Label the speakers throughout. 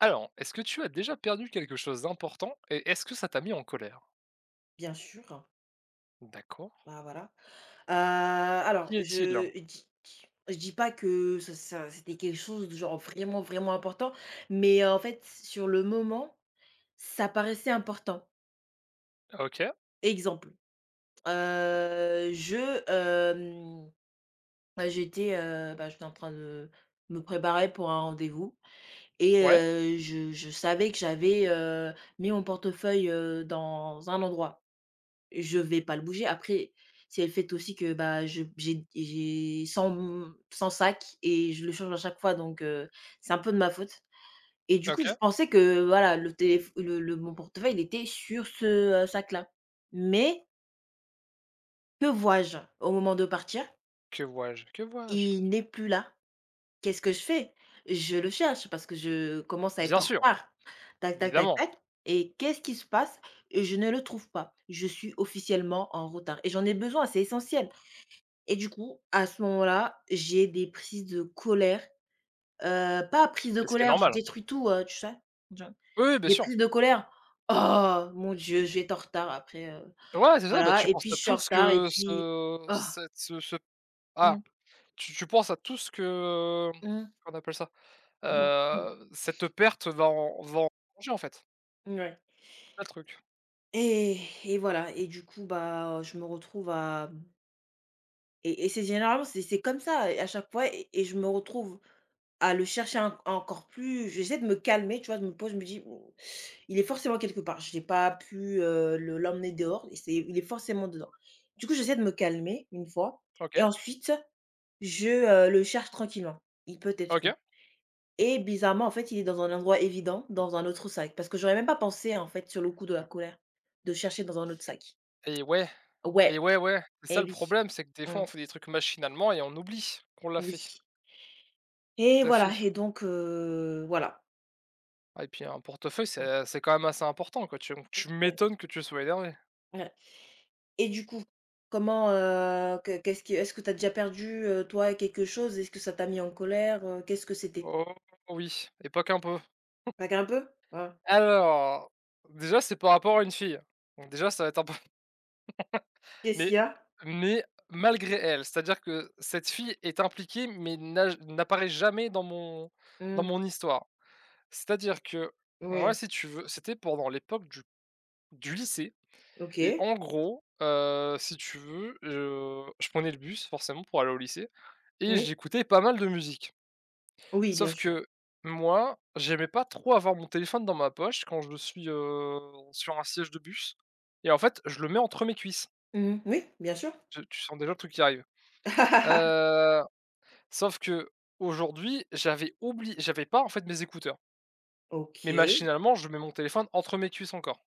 Speaker 1: Alors, est-ce que tu as déjà perdu quelque chose d'important et est-ce que ça t'a mis en colère?
Speaker 2: Bien sûr,
Speaker 1: D'accord.
Speaker 2: bah, voilà. Heu, alors
Speaker 1: Qui est-il?
Speaker 2: je dis pas que ça ça c'était quelque chose de genre vraiment, vraiment important, mais en fait, sur le moment, ça paraissait important.
Speaker 1: OK,
Speaker 2: Exemple, heu, je, hem, bah, j'étais en train de me préparer pour un rendez-vous et
Speaker 1: ouais,
Speaker 2: je savais que j'avais, mis mon portefeuille, dans un endroit. Je vais pas le bouger. Après, c'est le fait aussi que, bah, je j'ai 100 m sacs et je le change à chaque fois donc c'est un peu de ma faute et du coup, je
Speaker 1: OK.
Speaker 2: pensais que, voilà, le téléph le mon portefeuille, il était sur ce, sac-là. Mais que vois-je? Au moment de partir,
Speaker 1: Que vois-je? Que vois-je?
Speaker 2: il n'est plus là. Qu'est-ce que je fais? Je le cherche parce que je commence à être
Speaker 1: Bien
Speaker 2: en
Speaker 1: sûr,
Speaker 2: retard. Tac, tac, tac,
Speaker 1: évidemment,
Speaker 2: tac, et qu'est-ce qui se passe? Je ne le trouve pas. Je suis officiellement en retard et j'en ai besoin, c'est essentiel. Et du coup, à ce moment-là, j'ai des prises de colère, pas prises de
Speaker 1: et ce qui est
Speaker 2: colère, je
Speaker 1: normal.
Speaker 2: détruis tout, tu sais? Je
Speaker 1: Oui, oui, bien
Speaker 2: Des
Speaker 1: sûr.
Speaker 2: prises de colère: «Oh mon Dieu, je vais être en retard après,
Speaker 1: Ouais, c'est ça, bah,
Speaker 2: voilà
Speaker 1: tu
Speaker 2: et
Speaker 1: penses
Speaker 2: puis
Speaker 1: à
Speaker 2: je suis
Speaker 1: tout
Speaker 2: en
Speaker 1: ce
Speaker 2: retard et
Speaker 1: que
Speaker 2: puis,
Speaker 1: ce
Speaker 2: oh,
Speaker 1: cette ce ce ah,
Speaker 2: mmh,
Speaker 1: tu tu penses à tout ce que,
Speaker 2: mmh,
Speaker 1: qu'on appelle ça?
Speaker 2: mmh, mmh»,
Speaker 1: Cette perte va en changer, en fait.
Speaker 2: mouais
Speaker 1: C'est ça le truc.
Speaker 2: et et voilà et du coup, bah, je me retrouve à et c'est généralement, c'est comme ça, à chaque fois et je me retrouve à le chercher en encore plus, j'essaie de me calmer, tu vois? Je me pose, je me dis: bon, «Il est forcément quelque part, je n'ai pas pu, le l'emmener dehors et c'est il est forcément dedans». Du coup, j'essaie de me calmer une fois et
Speaker 1: OK,
Speaker 2: ensuite je le cherche tranquillement. Il peut être
Speaker 1: OK.
Speaker 2: où? Et bizarrement, en fait, il est dans un endroit évident, dans un autre sac, parce que j'aurais même pas pensé, en fait, sur le coup de la colère, de chercher dans un autre sac.
Speaker 1: Et ouais, et
Speaker 2: Ouais,
Speaker 1: ouais, ouais, c'est ça
Speaker 2: et
Speaker 1: le
Speaker 2: oui,
Speaker 1: problème, c'est que des fois
Speaker 2: mmh,
Speaker 1: on fait des trucs machinalement et on oublie qu'on l'a fait.
Speaker 2: oui et
Speaker 1: Tout à
Speaker 2: voilà
Speaker 1: fait.
Speaker 2: et donc voilà.
Speaker 1: Ah et puis un portefeuille,
Speaker 2: Mmh,
Speaker 1: c'est quand même assez important, quoi, tu
Speaker 2: ouais,
Speaker 1: m'étonnes que tu sois énervé.
Speaker 2: ouais. Et du coup, comment, que qu'est-ce qui est-ce que tu as déjà perdu, toi, quelque chose? Est-ce que ça t'a mis en colère? Qu'est-ce que c'était?
Speaker 1: Oh oui, et pas qu'un peu.
Speaker 2: Regarde un peu? Voilà.
Speaker 1: Alors, déjà c'est par rapport à une fille, donc déjà ça va être un peu
Speaker 2: Qu'est-ce
Speaker 1: mais
Speaker 2: qu'il y a?
Speaker 1: mais malgré elle, c'est-à-dire que cette fille est impliquée mais n'apparaît jamais dans mon dans
Speaker 2: Mmh.
Speaker 1: mon histoire. C'est-à-dire que moi,
Speaker 2: Oui.
Speaker 1: si tu veux, c'était pendant l'époque du lycée. Et
Speaker 2: OK.
Speaker 1: en gros, si tu veux, je prenais le bus forcément pour aller au lycée, et
Speaker 2: Oui.
Speaker 1: j'écoutais pas mal de musique.
Speaker 2: Oui, bien
Speaker 1: Sauf
Speaker 2: sûr.
Speaker 1: que moi, j'aimais pas trop avoir mon téléphone dans ma poche quand je suis, sur un siège de bus, et en fait, je le mets entre mes cuisses.
Speaker 2: Mmh. Oui, bien sûr.
Speaker 1: Je Tu sens déjà le truc qui arrive. Heu, sauf que aujourd'hui, j'avais oublié, j'avais pas, en fait, mes écouteurs, mais
Speaker 2: OK.
Speaker 1: machinalement, je mets mon téléphone entre mes cuisses encore.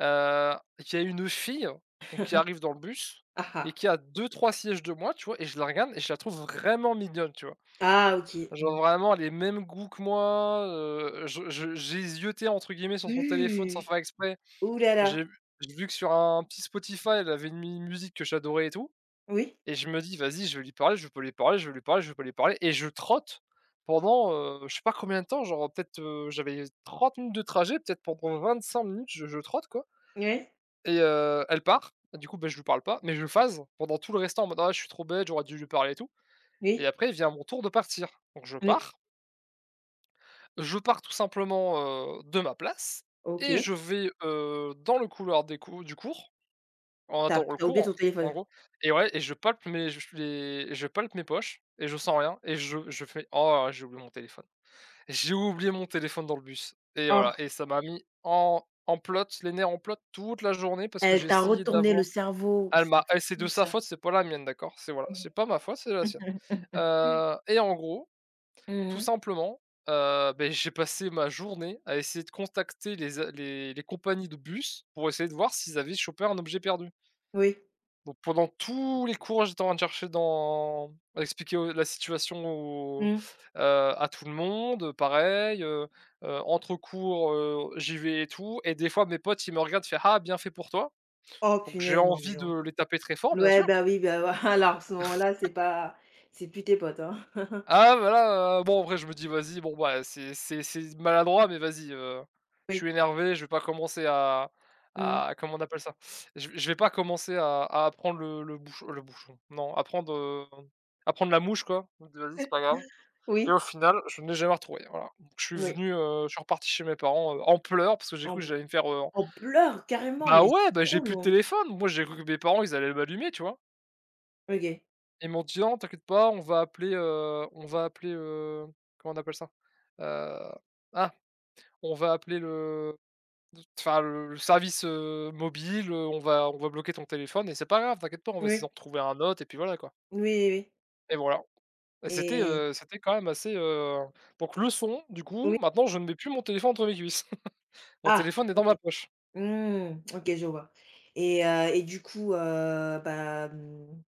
Speaker 1: Il y a une fille, hein, donc, qui arrive dans le bus
Speaker 2: Ah
Speaker 1: et
Speaker 2: ah.
Speaker 1: qui a deux trois sièges de moi, tu vois? Et je la regarde et je la trouve vraiment mignonne, tu vois?
Speaker 2: Ah, OK. Mmh.
Speaker 1: Genre vraiment les mêmes goûts que moi, je j'ai «zioté», entre guillemets, sur
Speaker 2: Oui,
Speaker 1: son
Speaker 2: oui,
Speaker 1: téléphone sans
Speaker 2: oui.
Speaker 1: faire exprès.
Speaker 2: Ouh là
Speaker 1: J'ai
Speaker 2: là.
Speaker 1: vu j'ai vu que sur un petit Spotify, elle avait une mi musique que j'adorais et tout,
Speaker 2: Oui.
Speaker 1: et je me dis: «Vas-y, je vais lui parler, je peux lui parler, je vais lui parler, je peux lui parler», et je trotte pendant, je sais pas combien de temps, genre peut-être, j'avais 30 minutes de trajet, peut-être pendant 25 minutes je trotte, quoi.
Speaker 2: Oui.
Speaker 1: Et elle part. Et du coup, ben, je lui parle pas, mais je phase pendant tout le restant en mode: «Ah, je suis trop bête, j'aurais dû lui parler et tout», et
Speaker 2: Oui.
Speaker 1: après vient mon tour de partir. Donc je
Speaker 2: Oui.
Speaker 1: pars tout simplement, de ma place, et
Speaker 2: OK.
Speaker 1: je vais, dans le couloir des cou du cours, en
Speaker 2: T'as
Speaker 1: attendant le
Speaker 2: t'as
Speaker 1: cours,
Speaker 2: oublié ton
Speaker 1: en
Speaker 2: téléphone.
Speaker 1: gros, et ouais, et je palpe mes poches et je sens rien, et je fais: «Oh, j'ai oublié mon téléphone.» J'ai oublié mon téléphone dans le bus, et
Speaker 2: Oh,
Speaker 1: voilà, et ça m'a mis en plâtre, les nerfs en plâtre toute la journée, parce que j'ai
Speaker 2: elle t'a
Speaker 1: essayé
Speaker 2: retourné le
Speaker 1: d'avoir.
Speaker 2: cerveau.
Speaker 1: Elle
Speaker 2: C'est
Speaker 1: m'a elle c'est de
Speaker 2: fou
Speaker 1: sa
Speaker 2: ça.
Speaker 1: faute, c'est pas la mienne, d'accord? C'est, voilà, c'est pas ma faute, c'est la sienne.
Speaker 2: Mmh.
Speaker 1: En gros, tout
Speaker 2: Mmh.
Speaker 1: simplement, beh, j'ai passé ma journée à essayer de contacter les a les les compagnies de bus pour essayer de voir s'ils avaient chopé un objet perdu.
Speaker 2: Oui.
Speaker 1: Donc pendant tous les cours, j'étais en train de chercher dans à expliquer au la situation au
Speaker 2: Mmh.
Speaker 1: heu, à tout le monde, pareil, entre cours, j'y vais et tout, et des fois mes potes, ils me regardent, ils font: «Ah, bien fait pour toi»,
Speaker 2: Oh
Speaker 1: donc j'ai
Speaker 2: punaise, non
Speaker 1: envie
Speaker 2: mais oh.
Speaker 1: de les taper très fort, bien
Speaker 2: Ouais,
Speaker 1: sûr.
Speaker 2: bah oui, bah alors, à ce moment-là, c'est pas c'est plus tes potes, hein.
Speaker 1: Ah bah là, bon, après je me dis: «Vas-y, bon bah c'est maladroit, mais vas-y, je
Speaker 2: Oui.
Speaker 1: suis énervé, je vais pas commencer à
Speaker 2: Mmh.
Speaker 1: comment on appelle ça? Je vais pas commencer à prendre le bouchon, non, à prendre la mouche, quoi.» Je me dis: «Vas-y, c'est pas grave», et au
Speaker 2: Oui,
Speaker 1: final, je ne l'ai jamais retrouvé, voilà. Donc je suis
Speaker 2: oui.
Speaker 1: venu, heu, je suis reparti chez mes parents, en pleurs, parce que j'ai cru que
Speaker 2: On
Speaker 1: j'allais me faire,
Speaker 2: en pleurs carrément,
Speaker 1: bah
Speaker 2: mais
Speaker 1: ouais,
Speaker 2: c'est
Speaker 1: bah j'ai
Speaker 2: trop
Speaker 1: plus de
Speaker 2: long.
Speaker 1: téléphone. Moi j'ai cru que mes parents ils allaient m'allumer, tu vois?
Speaker 2: OK.
Speaker 1: Ils m'ont dit: «Non, t'inquiète pas, on va appeler, comment on appelle ça? Heu, ah, on va appeler le enfin le service, mobile, on va bloquer ton téléphone, et c'est pas grave, t'inquiète pas, on va essayer
Speaker 2: Oui.
Speaker 1: d'en retrouver un autre», et puis voilà, quoi.
Speaker 2: Oui, oui, oui.
Speaker 1: Et voilà, et c'était,
Speaker 2: Et
Speaker 1: quand même assez, donc, leçon, du coup,
Speaker 2: oui.
Speaker 1: maintenant je ne mets plus mon téléphone entre mes cuisses. Mon
Speaker 2: Ah!
Speaker 1: téléphone est dans
Speaker 2: OK.
Speaker 1: ma poche.
Speaker 2: Mmh. OK, je vois. Et du coup, bah, mmh,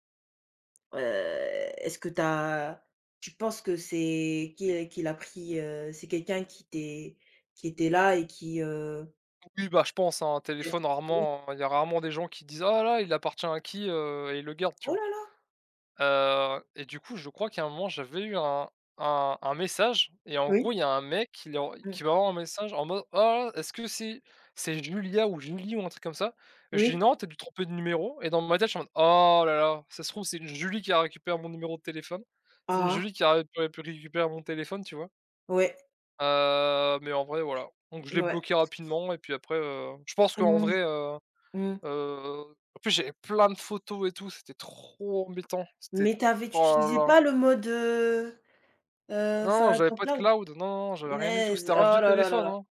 Speaker 2: heu, est-ce que t'as tu penses que c'est qui l'a pris, c'est quelqu'un qui était là et
Speaker 1: Oui, bah, je pense, hein, un
Speaker 2: qui a
Speaker 1: téléphone,
Speaker 2: subi.
Speaker 1: rarement, il y a rarement des gens qui disent: «Ah là, il appartient à qui?» Et ils le gardent, tu
Speaker 2: Oh
Speaker 1: vois?
Speaker 2: là là!
Speaker 1: Du coup, je crois qu'à un moment, j'avais eu un message, et en gros,
Speaker 2: Oui,
Speaker 1: il y a un mec
Speaker 2: mmh,
Speaker 1: qui m'envoie un message en mode: «Oh, est-ce que c'est Julia ou Julie, ou un truc comme ça?» Et je dis:
Speaker 2: oui.
Speaker 1: «Non, t'as as dû tromper de numéro», et dans ma tête, je suis en mode: «Oh là là, ça se trouve, c'est une Julie qui a récupéré mon numéro de téléphone. C'est une
Speaker 2: Ah
Speaker 1: Julie qui a récupéré mon téléphone», tu vois?
Speaker 2: ah, ouais,
Speaker 1: Mais en vrai, voilà. Donc je l'ai
Speaker 2: ouais.
Speaker 1: bloqué rapidement, et puis après, je pense qu'en
Speaker 2: Mmh,
Speaker 1: vrai,
Speaker 2: mmh.
Speaker 1: en plus, j'avais plein de photos et tout, c'était trop embêtant. C'était,
Speaker 2: Mais tu
Speaker 1: oh là
Speaker 2: utilisais
Speaker 1: là.
Speaker 2: pas le mode, enfin,
Speaker 1: Non,
Speaker 2: à
Speaker 1: j'avais
Speaker 2: temps.
Speaker 1: pas de cloud, non, non, non, j'avais rien du tout.
Speaker 2: Punaise!
Speaker 1: C'était un
Speaker 2: Oh
Speaker 1: vieux
Speaker 2: là là là
Speaker 1: téléphone,
Speaker 2: là.
Speaker 1: hein.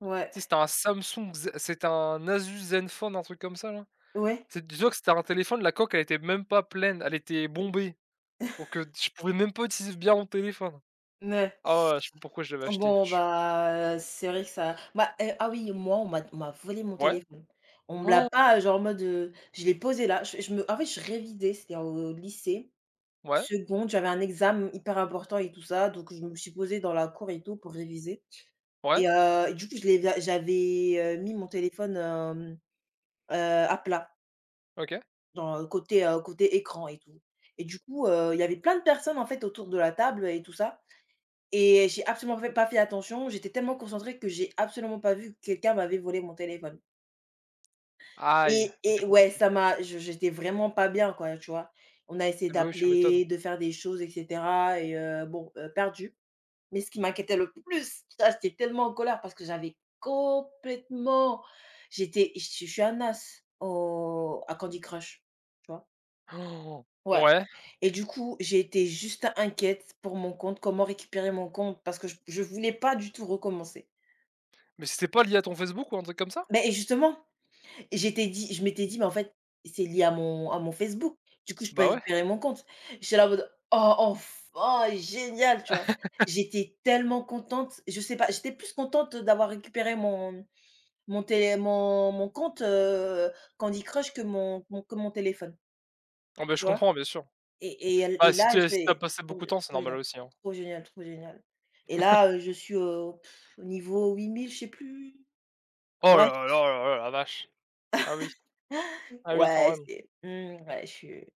Speaker 2: Ouais,
Speaker 1: Tu sais, c'était un Samsung Z c'était un Asus Zenfone, un truc comme ça, là.
Speaker 2: ouais,
Speaker 1: C'est dis-toi que c'était un téléphone, la coque, elle était même pas pleine, elle était bombée. Donc, je pouvais même pas utiliser bien mon téléphone.
Speaker 2: ouais.
Speaker 1: Ah ouais, je sais pas pourquoi je l'avais acheté.
Speaker 2: Bon,
Speaker 1: Je
Speaker 2: bah, c'est vrai que ça bah, ah oui, moi, on m'a volé mon
Speaker 1: Ouais,
Speaker 2: téléphone. On me l'a
Speaker 1: han,
Speaker 2: pas, genre, en mode, je l'ai posé là, je me en fait, je révisais, c'était au lycée,
Speaker 1: ouais,
Speaker 2: 2 j'avais un examen hyper important et tout ça, donc je me suis posée dans la cour et tout pour réviser.
Speaker 1: ouais,
Speaker 2: Et du coup, je l'ai j'avais, mis mon téléphone, à plat,
Speaker 1: OK.
Speaker 2: dans côté, côté écran et tout et du coup, il y avait plein de personnes, en fait, autour de la table et tout ça et j'ai absolument fait pas fait attention. J'étais tellement concentrée que j'ai absolument pas vu que quelqu'un m'avait volé mon téléphone
Speaker 1: Aïe, ça c'est
Speaker 2: et ouais,
Speaker 1: compliqué.
Speaker 2: ça m'a je j'étais vraiment pas bien, quoi, tu vois? On a essayé
Speaker 1: Eh bah, oui, tu m'étonnes.
Speaker 2: d'appeler, de faire des choses et cetera et bon, perdu. Mais ce qui m'inquiétait le plus, ça j'étais tellement en colère parce que j'avais complètement j'étais je suis un as au à Candy Crush, tu vois?
Speaker 1: Oh!
Speaker 2: Ouais
Speaker 1: Ouais,
Speaker 2: et du coup, j'ai été juste inquiète pour mon compte, comment récupérer mon compte parce que je voulais pas du tout recommencer.
Speaker 1: mais c'était pas lié à ton Facebook ou un truc comme ça?
Speaker 2: Mais justement, j'étais dit je m'étais dit: «Mais en fait, c'est lié à mon Facebook, du coup je peux
Speaker 1: Bah ouais.
Speaker 2: récupérer mon compte». J'étais là en mode: «Oh enfin, génial!» tu vois? J'étais tellement contente, je sais pas, j'étais plus contente d'avoir récupéré mon Mon télé mon mon compte, Candy Crush que mon téléphone,
Speaker 1: Ah bah, je
Speaker 2: tu vois?
Speaker 1: comprends, bien sûr.
Speaker 2: Et
Speaker 1: Bah,
Speaker 2: et là
Speaker 1: si tu as
Speaker 2: j'étais
Speaker 1: passé beaucoup de temps, c'est
Speaker 2: trop
Speaker 1: normal
Speaker 2: génial,
Speaker 1: aussi, hein.
Speaker 2: trop génial, trop génial. Et là, je suis au au niveau 8 000 je sais plus.
Speaker 1: Oh
Speaker 2: Bref,
Speaker 1: là là, oh là là, la vache. Ah oui. Ah oui, quand
Speaker 2: ouais,
Speaker 1: même.
Speaker 2: ouais,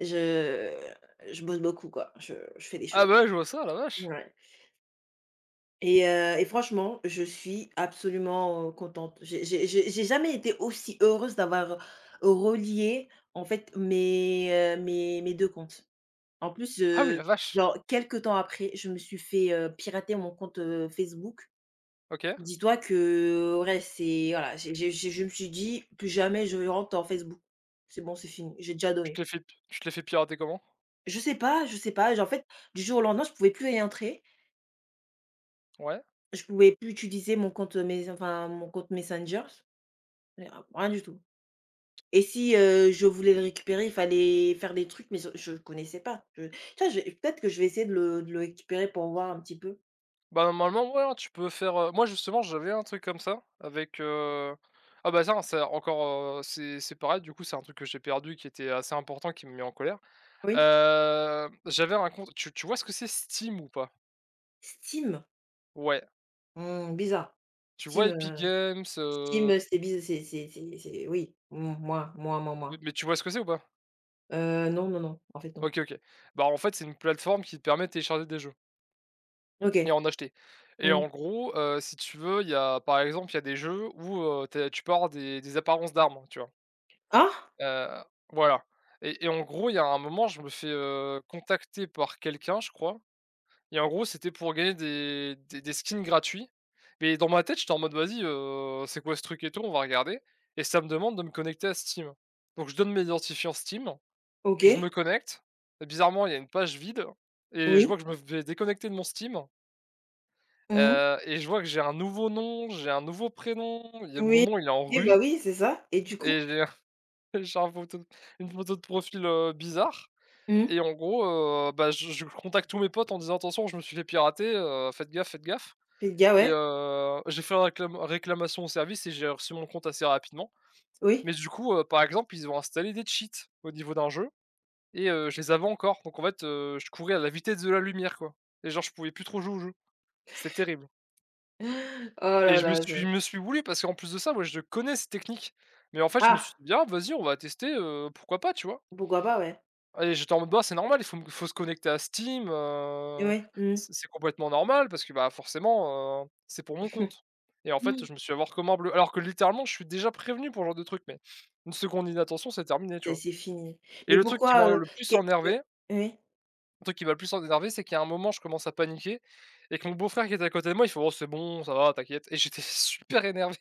Speaker 2: je je bosse beaucoup quoi, je fais des
Speaker 1: Ah
Speaker 2: choses.
Speaker 1: bah ouais, je vois ça, la vache.
Speaker 2: Ouais. Et franchement, je suis absolument, contente. J'ai jamais été aussi heureuse d'avoir relié, en fait, mes deux comptes. En plus,
Speaker 1: Ah oui, la vache.
Speaker 2: genre quelques temps après, je me suis fait, pirater mon compte, Facebook.
Speaker 1: OK.
Speaker 2: Dis-toi que ouais, c'est voilà, j'ai je me suis dit: «Plus jamais je rentre en Facebook. C'est bon, c'est fini, j'ai déjà
Speaker 1: Tu te
Speaker 2: donné».
Speaker 1: l'es fait p tu te l'es fait pirater comment?
Speaker 2: Je sais pas, en fait, du jour au lendemain, je pouvais plus y entrer.
Speaker 1: Ouais.
Speaker 2: Je pouvais plus utiliser mon compte, mes enfin mon compte Messenger. Mais ra rien du tout et si, je voulais le récupérer, il fallait faire des trucs, mais je connaissais pas. Je tiens, je Peut-être que je vais essayer de le récupérer pour voir un petit peu.
Speaker 1: Bah, normalement, ouais, hein, tu peux faire, moi, justement, j'avais un truc comme ça avec, ah bah, ça c'est encore, c'est pareil, du coup, c'est un truc que j'ai perdu qui était assez important, qui m'a mis en colère.
Speaker 2: Oui.
Speaker 1: J'avais un compte, tu vois ce que c'est, Steam ou pas?
Speaker 2: Steam?
Speaker 1: Ouais.
Speaker 2: Mmh, bizarre.
Speaker 1: Tu vois
Speaker 2: Steam,
Speaker 1: Epic
Speaker 2: heu,
Speaker 1: Games,
Speaker 2: Steam, c'est bizarre c'est oui, moi, moi, moi,
Speaker 1: mais
Speaker 2: moi.
Speaker 1: mais tu vois ce que c'est ou pas?
Speaker 2: Non, non, non, en fait, non.
Speaker 1: OK, OK. Bah, en fait, c'est une plateforme qui te permet de télécharger des jeux. Et
Speaker 2: OK.
Speaker 1: en acheter. Et
Speaker 2: Mmh.
Speaker 1: en gros, si tu veux, il y a, par exemple, il y a des jeux où, tu peux des apparences d'armes, tu vois?
Speaker 2: Ah!
Speaker 1: Heu, voilà, et en gros, il y a un moment, je me fais, contacter par quelqu'un, je crois, et en gros, c'était pour gagner des skins gratuits. Mais dans ma tête, j'étais en mode: «Vas-y, c'est quoi ce truc et tout? On va regarder», et ça me demande de me connecter à Steam. Donc je donne mes identifiants Steam, puis je
Speaker 2: OK.
Speaker 1: me connecte. Et bizarrement, il y a une page vide, et je
Speaker 2: Oui.
Speaker 1: vois que je me fais déconnecter de mon Steam.
Speaker 2: Mmh.
Speaker 1: Je vois que j'ai un nouveau nom, j'ai un nouveau prénom, il y a mon
Speaker 2: Oui.
Speaker 1: nom, il est en
Speaker 2: OK, bah,
Speaker 1: russe,
Speaker 2: oui, c'est ça et du coup?
Speaker 1: et j'ai j'ai un photo une photo de profil, bizarre,
Speaker 2: Mm.
Speaker 1: et en gros, bah, je contacte tous mes potes en disant: «Attention, je me suis fait pirater, faites gaffe, faites gaffe»,
Speaker 2: Fais le gars
Speaker 1: et
Speaker 2: ouais.
Speaker 1: j'ai fait réclame réclamation au service, et j'ai reçu mon compte assez rapidement.
Speaker 2: Oui.
Speaker 1: Mais du coup, par exemple, ils ont installé des cheats au niveau d'un jeu, et je les avais encore. Donc, en fait, je courais à la vitesse de la lumière, quoi, et genre, je pouvais plus trop jouer au jeu. C'était terrible.
Speaker 2: Oh
Speaker 1: Et
Speaker 2: là là, ça
Speaker 1: je me suis voulu, parce qu'en plus de ça, moi, je connais ces techniques. Mais en fait, je me suis
Speaker 2: ah!
Speaker 1: dit: «Bien, vas-y, on va tester, pourquoi pas?», tu vois?
Speaker 2: Pourquoi pas, ouais.
Speaker 1: Et j'étais en mode: «Bah, c'est normal, il faut me faut se connecter à Steam,
Speaker 2: Et ouais. Mmh.
Speaker 1: c'est complètement normal parce que, bah, forcément, c'est pour mon compte» et en fait,
Speaker 2: Mmh.
Speaker 1: je me suis avoir comme un bleu. Alors que littéralement, je suis déjà prévenu pour ce genre de truc, mais une seconde d'inattention, c'est terminé, tu vois?
Speaker 2: C'est fini.
Speaker 1: Et
Speaker 2: Mais
Speaker 1: le truc qui
Speaker 2: pourquoi,
Speaker 1: m'a le plus
Speaker 2: qu'est
Speaker 1: énervé
Speaker 2: oui?
Speaker 1: le truc qui m'a le plus énervé, c'est qu'à un moment, je commence à paniquer et que mon beau-frère qui était à côté de moi, il fait: «Oh, c'est bon, ça va, t'inquiète» et j'étais super énervé.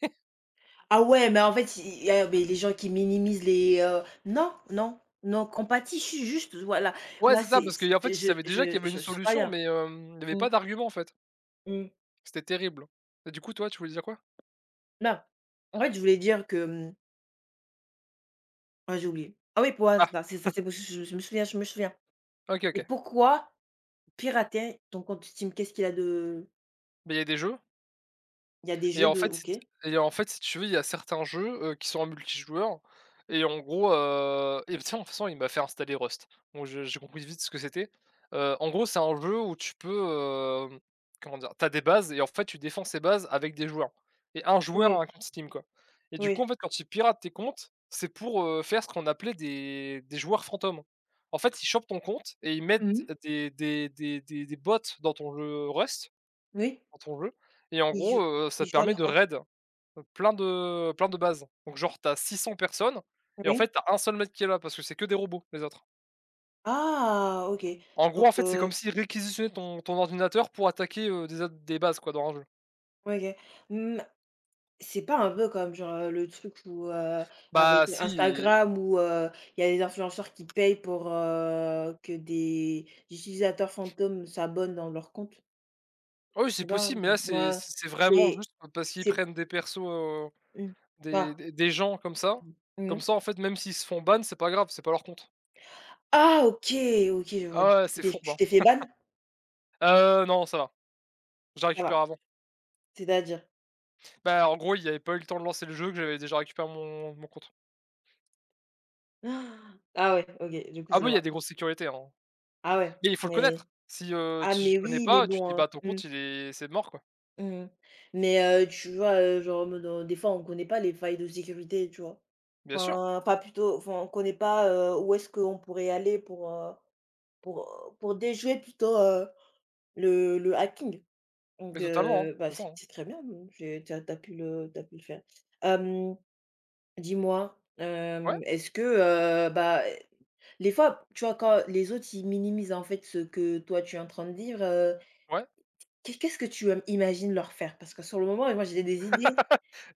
Speaker 2: Ah ouais, mais en fait, il y a mais les gens qui minimisent non, non, non, compatie, je suis juste voilà.
Speaker 1: Ouais,
Speaker 2: Moi,
Speaker 1: c'est ça, parce qu'il en
Speaker 2: c'est
Speaker 1: fait, ils savaient déjà qu'il y avait une
Speaker 2: je suis pas
Speaker 1: solution,
Speaker 2: bien.
Speaker 1: mais il y avait
Speaker 2: Mmh,
Speaker 1: pas d'argument, en fait.
Speaker 2: mmh.
Speaker 1: C'était terrible. Et du coup, toi, tu voulais dire quoi?
Speaker 2: Non. En fait, je voulais dire que, ah, j'ai oublié. Ah oui, pour
Speaker 1: Ah,
Speaker 2: ça, c'est parce que je me souviens, je me souviens.
Speaker 1: OK,
Speaker 2: Et
Speaker 1: OK.
Speaker 2: pourquoi pirater ton compte Steam? Qu'est-ce qu'il a de.
Speaker 1: Mais il y a des jeux.
Speaker 2: Il y a des
Speaker 1: Et
Speaker 2: jeux
Speaker 1: en
Speaker 2: de
Speaker 1: fait, si
Speaker 2: OK.
Speaker 1: t et en fait, si tu veux, il y a certains jeux, qui sont en multijoueur et en gros, et tiens, de toute façon, il m'a fait installer Rust. Donc, je j'ai compris vite ce que c'était. En gros, c'est un jeu où tu peux, comment dire? T'as des bases et en fait, tu défends ces bases avec des joueurs et un joueur a
Speaker 2: Oui,
Speaker 1: un compte Steam, quoi, et du coup, en
Speaker 2: oui.
Speaker 1: fait, quand tu pirates tes comptes, c'est pour, faire ce qu'on appelait des joueurs fantômes. En fait, ils chopent ton compte et ils mettent
Speaker 2: Mmh.
Speaker 1: des bots dans ton jeu Rust,
Speaker 2: Oui.
Speaker 1: dans ton jeu, et en
Speaker 2: Ils
Speaker 1: gros,
Speaker 2: jouent
Speaker 1: ça
Speaker 2: ils
Speaker 1: te
Speaker 2: jouent à
Speaker 1: permet
Speaker 2: leur
Speaker 1: de
Speaker 2: place.
Speaker 1: raid. Plein de plein de bases. Donc genre t'as 600 personnes et en
Speaker 2: Oui.
Speaker 1: fait t'as un seul mec qui est là parce que c'est que des robots, les autres.
Speaker 2: Ah! OK.
Speaker 1: En gros,
Speaker 2: Donc
Speaker 1: en fait, c'est comme s'ils réquisitionnaient ton ordinateur pour attaquer, des a des bases quoi dans un jeu.
Speaker 2: OK. Mmh,
Speaker 1: Et
Speaker 2: c'est pas un peu comme genre, le truc où, avec
Speaker 1: bah si,
Speaker 2: Instagram où, il y a des influenceurs qui payent pour, que des utilisateurs fantômes s'abonnent dans leur compte?
Speaker 1: ah oui, c'est
Speaker 2: C'est pas un
Speaker 1: possible mais là
Speaker 2: bon,
Speaker 1: c'est
Speaker 2: ouais,
Speaker 1: c'est c'est vraiment
Speaker 2: c'est
Speaker 1: juste parce qu'ils
Speaker 2: c'est
Speaker 1: prennent des persos,
Speaker 2: mmh, pas
Speaker 1: des gens comme ça. Comme
Speaker 2: mmh
Speaker 1: ça, en fait, même s'ils se font ban, c'est pas grave, c'est pas leur compte.
Speaker 2: ah, OK! OK, je vois. Du coup,
Speaker 1: Ah ouais, c'est fourbe,
Speaker 2: tu
Speaker 1: hein.
Speaker 2: t'es fait ban?
Speaker 1: Non, ça va, je la
Speaker 2: Ça
Speaker 1: récupère
Speaker 2: va.
Speaker 1: avant.
Speaker 2: C'est-à-dire?
Speaker 1: Bah, en gros, il y avait pas eu le temps de lancer le jeu que j'avais déjà récupéré mon compte.
Speaker 2: Ah ah ouais, OK, du coup
Speaker 1: Ah bah
Speaker 2: ça
Speaker 1: il y a
Speaker 2: va.
Speaker 1: des grosses sécurités, hein.
Speaker 2: Ah ouais,
Speaker 1: Mais il faut le connaître.
Speaker 2: mais
Speaker 1: Si,
Speaker 2: ah
Speaker 1: tu
Speaker 2: mais
Speaker 1: le connais
Speaker 2: oui, mais
Speaker 1: pas, tu te
Speaker 2: bon,
Speaker 1: dis:
Speaker 2: hein.
Speaker 1: «Bah, ton
Speaker 2: Mmh.
Speaker 1: compte, il est c'est mort, quoi».
Speaker 2: Mmh. Mais, tu vois, genre, en mode, des fois on connaît pas les failles de sécurité, tu vois?
Speaker 1: Bien sûr,
Speaker 2: Enfin, pas plutôt enfin, on connaît pas, où est-ce qu'on pourrait aller pour, pour, pour déjouer plutôt, le hacking.
Speaker 1: mais
Speaker 2: Donc,
Speaker 1: totalement, hein,
Speaker 2: bah,
Speaker 1: c'est ça, hein.
Speaker 2: c'est très bien, j'ai tu as pu le t'as pu le faire. Hem, dis-moi,
Speaker 1: Ouais,
Speaker 2: est-ce que, bah, les fois, tu vois, quand les autres, ils minimisent, en fait, ce que toi tu es en train de vivre,
Speaker 1: ouais.
Speaker 2: Qu'est-ce que tu, imagines leur faire? Parce que sur le moment, moi, j'ai des idées.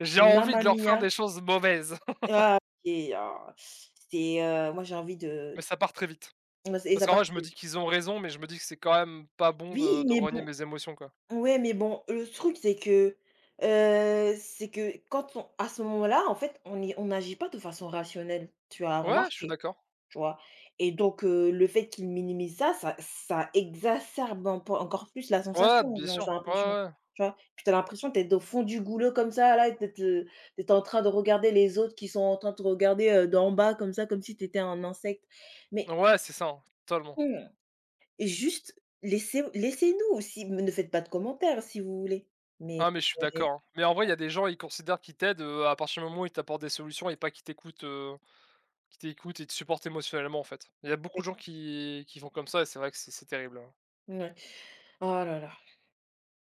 Speaker 1: J'ai envie
Speaker 2: Mamma
Speaker 1: de leur faire
Speaker 2: Mia!
Speaker 1: des choses mauvaises,
Speaker 2: Ah et ah, c'est, moi, j'ai envie de
Speaker 1: mais ça part très vite.
Speaker 2: et
Speaker 1: Parce
Speaker 2: ça
Speaker 1: qu'en vrai,
Speaker 2: part
Speaker 1: je me
Speaker 2: très
Speaker 1: dis
Speaker 2: vite.
Speaker 1: qu'ils ont raison, mais je me dis que c'est quand même pas bon de
Speaker 2: Oui, mais
Speaker 1: renier
Speaker 2: bon
Speaker 1: mes émotions, quoi.
Speaker 2: ouais, mais bon, le truc, c'est que, quand on à ce moment-là, en fait, on n'agit pas de façon rationnelle. Tu as
Speaker 1: Ouais, je suis
Speaker 2: remarqué?
Speaker 1: d'accord.
Speaker 2: Tu vois? Et donc le fait qu'il minimise ça, ça exacerbe en p encore plus la
Speaker 1: Ouais,
Speaker 2: sensation,
Speaker 1: bien
Speaker 2: genre,
Speaker 1: sûr.
Speaker 2: j'ai
Speaker 1: Ouais,
Speaker 2: l'impression,
Speaker 1: ouais,
Speaker 2: tu vois? Puis t'as l'impression d'être au fond du goulot comme ça là, et t'es d'être en train de regarder les autres qui sont en train de te regarder, d'en bas comme ça, comme si t'étais un insecte.
Speaker 1: ouais.
Speaker 2: Mais
Speaker 1: Ouais, c'est ça, hein, totalement.
Speaker 2: hmm, et juste laissez-nous aussi, ne faites pas de commentaires si vous voulez, mais
Speaker 1: Ah, mais je suis
Speaker 2: ouais.
Speaker 1: d'accord, hein. Mais en vrai, il y a des gens, ils considèrent qu'ils t'aident, à partir du moment où ils t'apportent des solutions et pas qu'ils t'écoutent, qu'ils t'écoutent et te supportent émotionnellement, en fait. Il y a beaucoup
Speaker 2: Ouais.
Speaker 1: de gens qui font comme ça et c'est vrai que c'est terrible, hein.
Speaker 2: Ouais. Oh là là.